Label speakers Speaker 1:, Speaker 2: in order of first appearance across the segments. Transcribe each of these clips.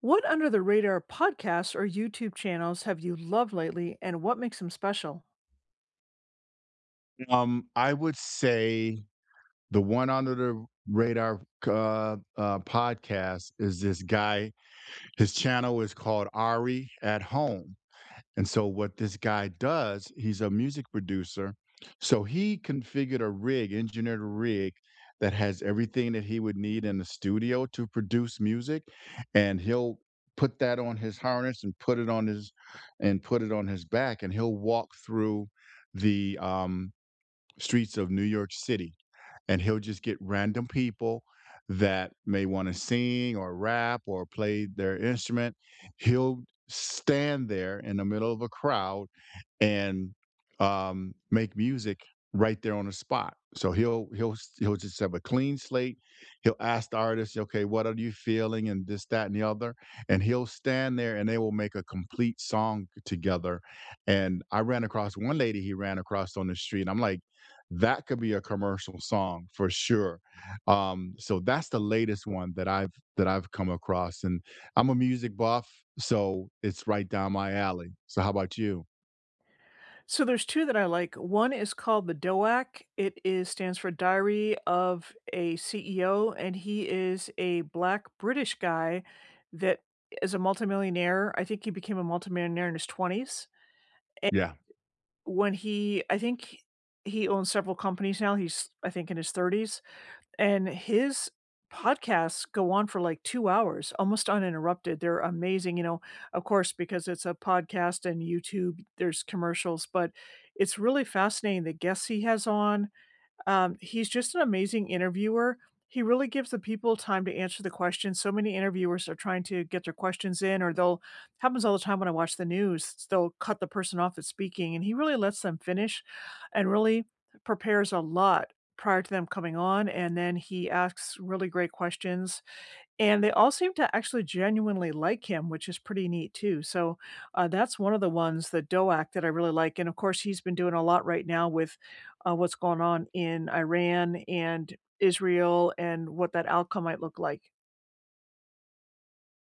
Speaker 1: What under the radar podcasts or YouTube channels have you loved lately, and what makes them special?
Speaker 2: I would say the one under the radar podcast is this guy. His channel is called Ari at Home. And so, what this guy does, he's a music producer. So, he configured a rig, engineered a rig that has everything that he would need in the studio to produce music. And he'll put that on his harness and put it on his and put it on his back, and he'll walk through the streets of New York City, and he'll just get random people that may want to sing or rap or play their instrument. He'll stand there in the middle of a crowd and make music right there on the spot. So he'll just have a clean slate. He'll ask the artist, "Okay, what are you feeling?" and this, that, and the other, and he'll stand there and they will make a complete song together. And I ran across one lady he ran across on the street. I'm like, that could be a commercial song for sure. So that's the latest one that I've come across, and I'm a music buff, so it's right down my alley. So how about you?
Speaker 1: So there's two that I like. One is called the DOAC. It is stands for Diary of a CEO, and he is a black British guy that is a multimillionaire. I think he became a multimillionaire in his 20s. And
Speaker 2: Yeah,
Speaker 1: when he I think he owns several companies now. He's I think in his 30s. And his podcasts go on for like 2 hours, almost uninterrupted. They're amazing, you know, of course, because it's a podcast and YouTube, there's commercials, but it's really fascinating the guests he has on. He's just an amazing interviewer. He really gives the people time to answer the questions. So many interviewers are trying to get their questions in, or they'll happens all the time when I watch the news. They'll cut the person off that's speaking, and he really lets them finish, and really prepares a lot prior to them coming on. And then he asks really great questions, and they all seem to actually genuinely like him, which is pretty neat too. So that's one of the ones, the Doak, that I really like. And of course, he's been doing a lot right now with what's going on in Iran and Israel and what that outcome might look like.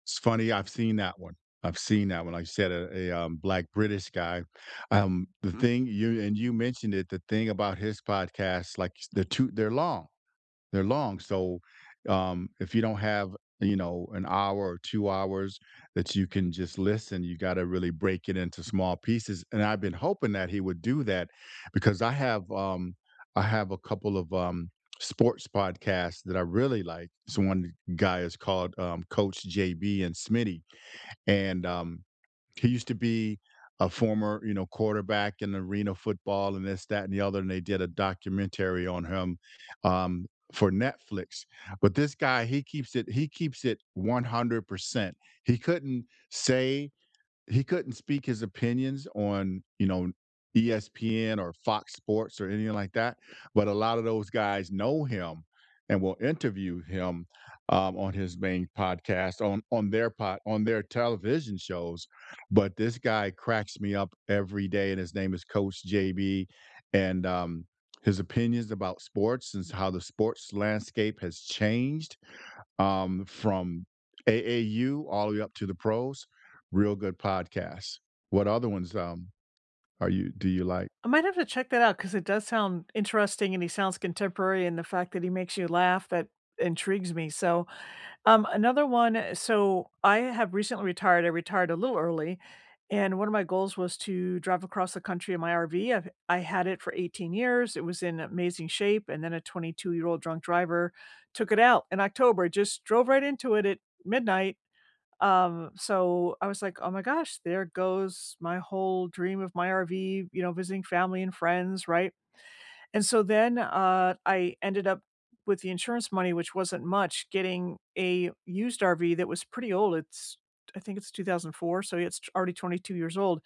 Speaker 2: it's funny. I've seen that one. I've seen that one. Like you said, a black British guy. The thing you and You mentioned it. The thing about his podcasts, like they're long. They're long, so, if you don't have, you know, an hour or 2 hours that you can just listen, you gotta really break it into small pieces, and I've been hoping that he would do that because I have a couple of, sports podcasts that I really like. So one guy is called, Coach JB and Smitty, and, he used to be a former, you know, quarterback in arena football and this, that, and the other, and they did a documentary on him, for Netflix. But this guy, he keeps it 100%. He couldn't say he couldn't speak his opinions on, you know, ESPN or Fox Sports or anything like that, but a lot of those guys know him and will interview him on his main podcast on their television shows. But this guy cracks me up every day, and his name is Coach JB, and his opinions about sports and how the sports landscape has changed from AAU all the way up to the pros. Real good podcasts. What other ones are you do you like?
Speaker 1: I might have to check that out because it does sound interesting and he sounds contemporary. And the fact that he makes you laugh, that intrigues me. So another one. So I have recently retired. I retired a little early, and one of my goals was to drive across the country in my RV. I had it for 18 years. It was in amazing shape, and then a 22-year-old drunk driver took it out in October, just drove right into it at midnight. So I was like, "Oh my gosh, there goes my whole dream of my RV, you know, visiting family and friends, right?" And so then, I ended up with the insurance money, which wasn't much, getting a used RV that was pretty old. It's I think it's 2004, so yeah, it's already 22 years old,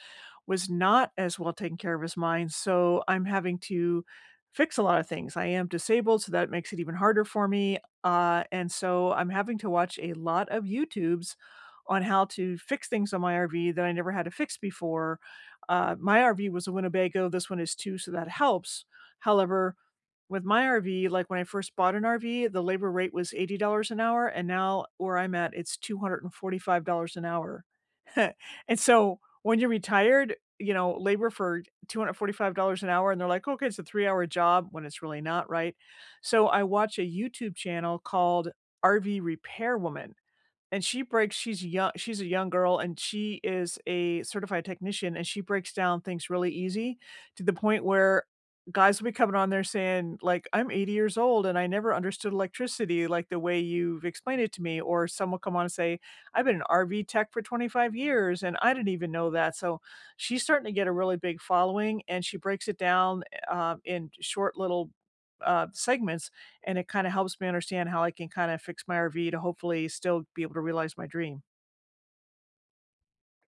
Speaker 1: was not as well taken care of as mine, so I'm having to fix a lot of things. I am disabled, so that makes it even harder for me, and so I'm having to watch a lot of YouTubes on how to fix things on my RV that I never had to fix before. My RV was a Winnebago, this one is too, so that helps. However, with my RV, like, when I first bought an RV, the labor rate was $80 an hour, and now where I'm at, it's $245 an hour. And so, when you're retired, you know, labor for $245 an hour, and they're like, "Okay, it's a three-hour job," when it's really not, right? So, I watch a YouTube channel called RV Repair Woman. And she's a young girl, and she is a certified technician, and she breaks down things really easy to the point where guys will be coming on there saying, like, "I'm 80 years old, and I never understood electricity like the way you've explained it to me," or some will come on and say, "I've been an RV tech for 25 years, and I didn't even know that." So, she's starting to get a really big following, and she breaks it down, in short little, segments, and it kinda helps me understand how I can kinda fix my RV to hopefully still be able to realize my dream.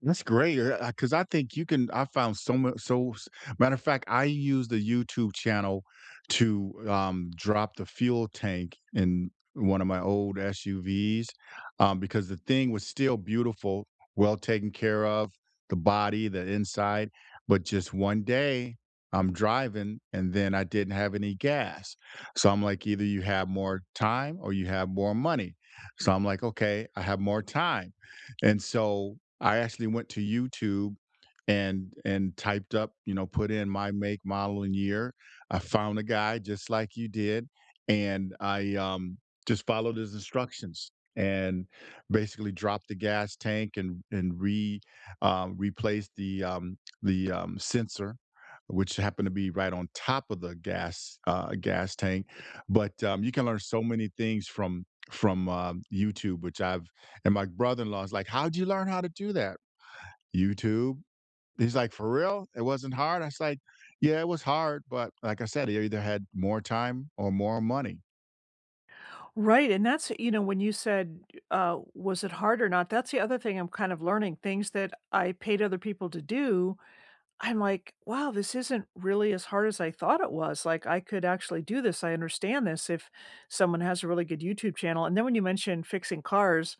Speaker 2: That's great, cause I think you can I found so much. So s Matter of fact, I use the YouTube channel to, drop the fuel tank in one of my old SUVs, because the thing was still beautiful, well taken care of, the body, the inside, but just one day, I'm driving, and then I didn't have any gas. So I'm like, either you have more time or you have more money. So I'm like, "Okay, I have more time." And so I actually went to YouTube and typed up, you know, put in my make, model, and year. I found a guy just like you did, and I, just followed his instructions and basically dropped the gas tank and re replaced the, sensor, which happened to be right on top of the gas tank. But, you can learn so many things from YouTube, which I've and my brother in law is like, how'd you learn how to do that? YouTube. He's like, for real? It wasn't hard. I was like, yeah, it was hard. But like I said, he either had more time or more money.
Speaker 1: Right, and that's, you know, when you said, "Was it hard or not?" That's the other thing I'm kind of learning, things that I paid other people to do, I'm like, "Wow, this isn't really as hard as I thought it was." Like, I could actually do this, I understand this if someone has a really good YouTube channel. And then when you mentioned fixing cars,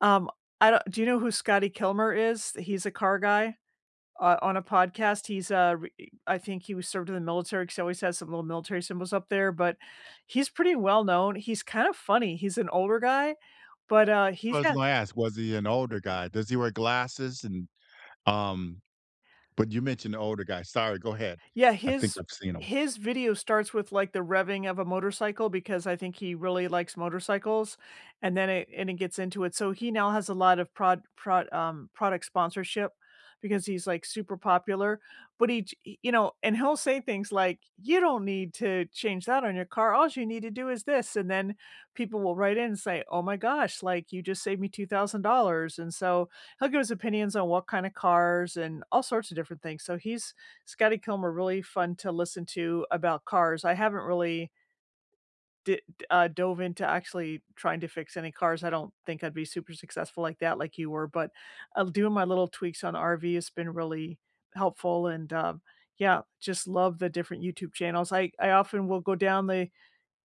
Speaker 1: um, I don't do you know who Scotty Kilmer is? He's a car guy. On a podcast, he's, re I think he was served in the military because he always has some little military symbols up there, but he's pretty well known. He's kind of funny. He's an older guy, but,
Speaker 2: So I
Speaker 1: he's
Speaker 2: was
Speaker 1: had.
Speaker 2: going to ask, was he an older guy? Does he wear glasses? Um, but you mentioned the older guy. Sorry, go ahead.
Speaker 1: Yeah,
Speaker 2: I think I've seen him.
Speaker 1: his video starts with, like, the revving of a motorcycle because I think he really likes motorcycles, and then it gets into it. So he now has a lot of product sponsorship because he's, like, super popular, but you know, and he'll say things like, "You don't need to change that on your car. All you need to do is this," and then people will write in and say, "Oh my gosh, like, you just saved me $2,000," and so he'll give his opinions on what kinda cars and all sorts of different things. So he's Scotty Kilmer really fun to listen to about cars. I haven't really d dove into actually trying to fix any cars. I don't think I'd be super successful like that like you were, but, doing my little tweaks on RV has been really helpful and, yeah, just love the different YouTube channels. I often will go down the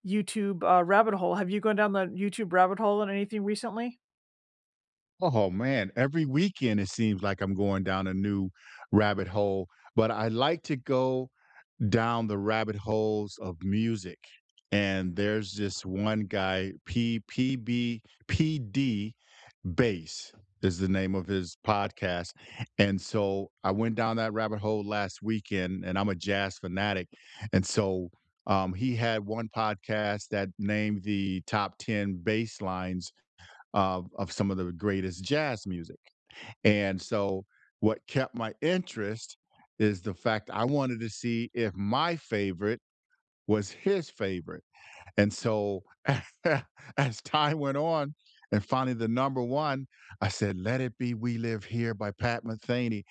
Speaker 1: YouTube, rabbit hole. Have you gone down the YouTube rabbit hole on anything recently?
Speaker 2: Oh man, every weekend it seems like I'm going down a new rabbit hole, but I like to go down the rabbit holes of music. And there's this one guy, P D Bass is the name of his podcast. And so I went down that rabbit hole last weekend, and I'm a jazz fanatic. And so he had one podcast that named the top 10 bass lines of some of the greatest jazz music. And so what kept my interest is the fact I wanted to see if my favorite was his favorite. And so as time went on, and finally the number one, I said, Let It Be We Live Here by Pat Metheny.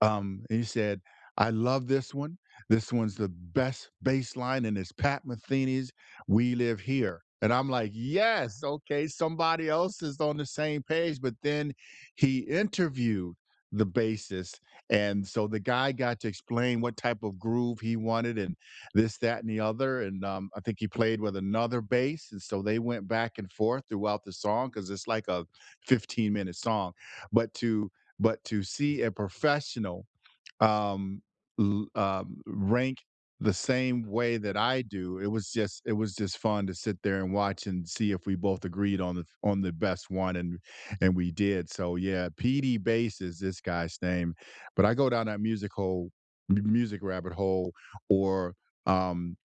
Speaker 2: He said, I love this one. This one's the best bass line, and it's Pat Metheny's 'We Live Here.' And I'm like, yes, okay, somebody else is on the same page. But then he interviewed the bassist. And so the guy got to explain what type of groove he wanted. And this, that, and the other. And I think he played with another bass. And so they went back and forth throughout the song because it's like a 15-minute song. But to but to see a professional um, rank the same way that I do. It was just fun to sit there and watch and see if we both agreed on the best one, and we did. So yeah, PD Bass is this guy's name, but I go down that music rabbit hole, or um,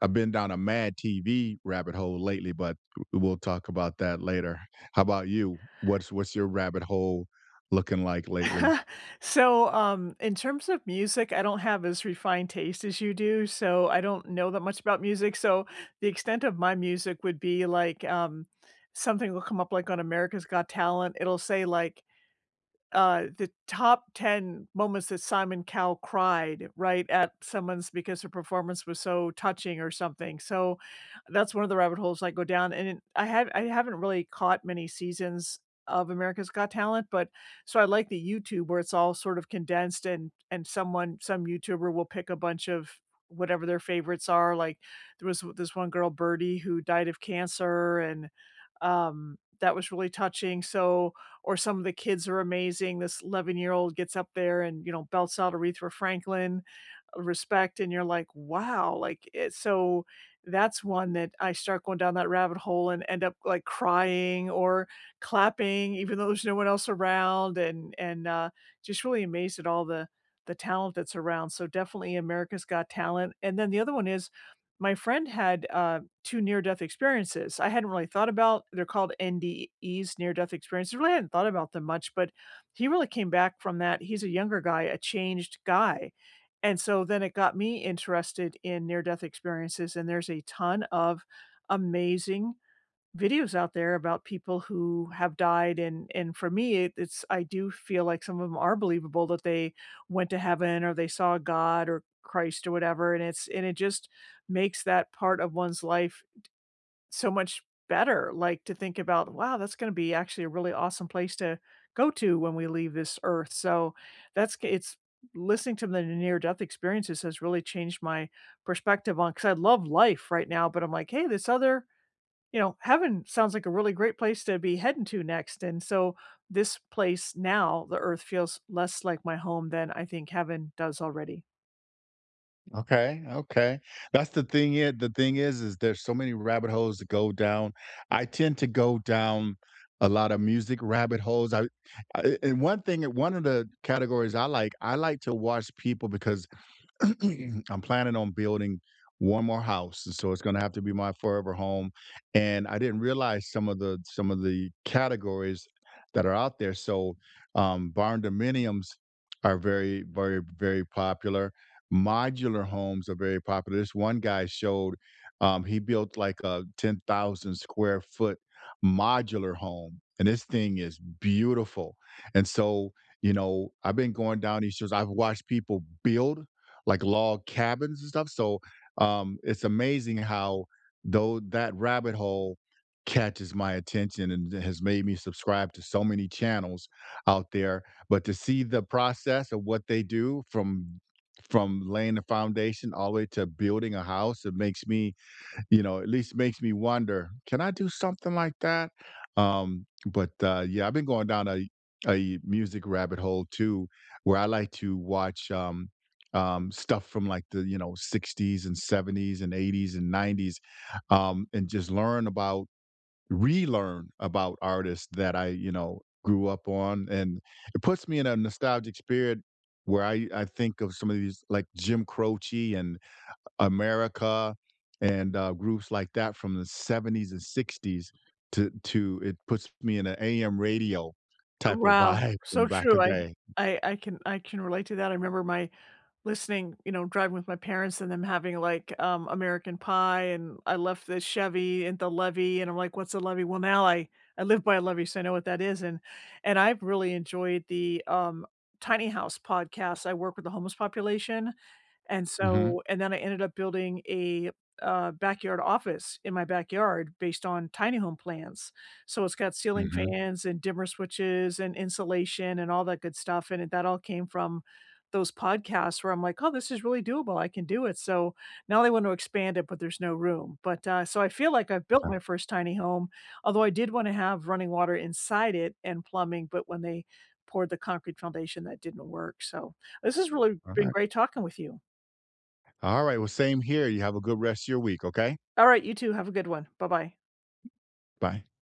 Speaker 2: I've been down a Mad TV rabbit hole lately, but we'll talk about that later. How about you? What's your rabbit hole looking like lately?
Speaker 1: So, in terms of music, I don't have as refined taste as you do, so I don't know that much about music. So, the extent of my music would be like, something will come up like on America's Got Talent. It'll say like, the top 10 moments that Simon Cowell cried, right, at someone's because her performance was so touching or something. So that's one of the rabbit holes I go down. And I haven't really caught many seasons of America's Got Talent, but so I like the YouTube where it's all sort of condensed, and someone, some YouTuber, will pick a bunch of whatever their favorites are. Like there was this one girl Birdie who died of cancer, and that was really touching, so or some of the kids are amazing. This 11-year-old gets up there and, you know, belts out Aretha Franklin, respect, and you're like, "Wow," like, it so that's one that I start going down that rabbit hole and end up, like, crying or clapping even though there's no one else around. Just really amazed at all the talent that's around, so definitely America's Got Talent. And then the other one is my friend had, 2 near-death experiences. I hadn't really thought about, they're called NDEs, near-death experiences, really hadn't thought about them much, but he really came back from that. He's a younger guy, a changed guy, and so then it got me interested in near death experiences. And there's a ton of amazing videos out there about people who have died, and for me it's I do feel like some of them are believable, that they went to heaven or they saw God or Christ or whatever, and it's and it just makes that part of one's life so much better, like, to think about, "Wow, that's gonna be actually a really awesome place to go to when we leave this earth," so that's g it's listening to the near-death experiences has really changed my perspective on, because I love life right now, but I'm like, "Hey, this other," you know, heaven sounds like a really great place to be heading to next. And so this place now, the earth, feels less like my home than I think heaven does already.
Speaker 2: Okay, okay. That's the thing it The thing is there's so many rabbit holes to go down. I tend to go down a lot of music rabbit holes. I and one thing One of the categories I like to watch people because I'm planning on building one more house, and so it's going to have to be my forever home. And I didn't realize some of the categories that are out there. So, barn dominiums are very, very, very popular. Modular homes are very popular. This one guy showed he built like a 10,000 square foot modular home, and this thing is beautiful. And so, you know, I've been going down these shows. I've watched people build like log cabins and stuff. So it's amazing how though that rabbit hole catches my attention and has made me subscribe to so many channels out there. But to see the process of what they do from laying the foundation all the way to building a house, it makes me, you know, at least makes me wonder, can I do something like that? But Yeah, I've been going down a music rabbit hole too, where I like to watch stuff from like the, you know, 60s and 70s and 80s and 90s, and just learn about relearn about artists that I, you know, grew up on, and it puts me in a nostalgic spirit where I think of some of these like Jim Croce and America and groups like that from the 70s and 60s to it puts me in an AM radio type of
Speaker 1: Wow,
Speaker 2: vibe from
Speaker 1: so
Speaker 2: back a
Speaker 1: true. I
Speaker 2: day.
Speaker 1: I I can I can relate to that. I remember my listening, you know, driving with my parents and them having like American Pie and I left the Chevy and the levee and I'm like, what's a levee? Well, now I live by a levee, so I know what that is. And I've really enjoyed the tiny house podcast. I work with the homeless population, and
Speaker 2: Mhm,
Speaker 1: so and then I ended up building a, backyard office in my backyard based on tiny home plans. So it's got ceiling
Speaker 2: mhm,
Speaker 1: fans and dimmer switches and insulation and all that good stuff, and that all came from those podcasts where I'm like, "Oh, this is really doable, I can do it." So now they want to expand it, but there's no room. But, so I feel like I've built
Speaker 2: okay,
Speaker 1: my first tiny home, although I did wanna have running water inside it and plumbing, but when they poured the concrete foundation, that didn't work. So this has really been
Speaker 2: alright.
Speaker 1: great talking with you.
Speaker 2: Alright, well, same here, you have a good rest of your week, okay?
Speaker 1: All right, you too. Have a good one. Bye-bye.
Speaker 2: Bye.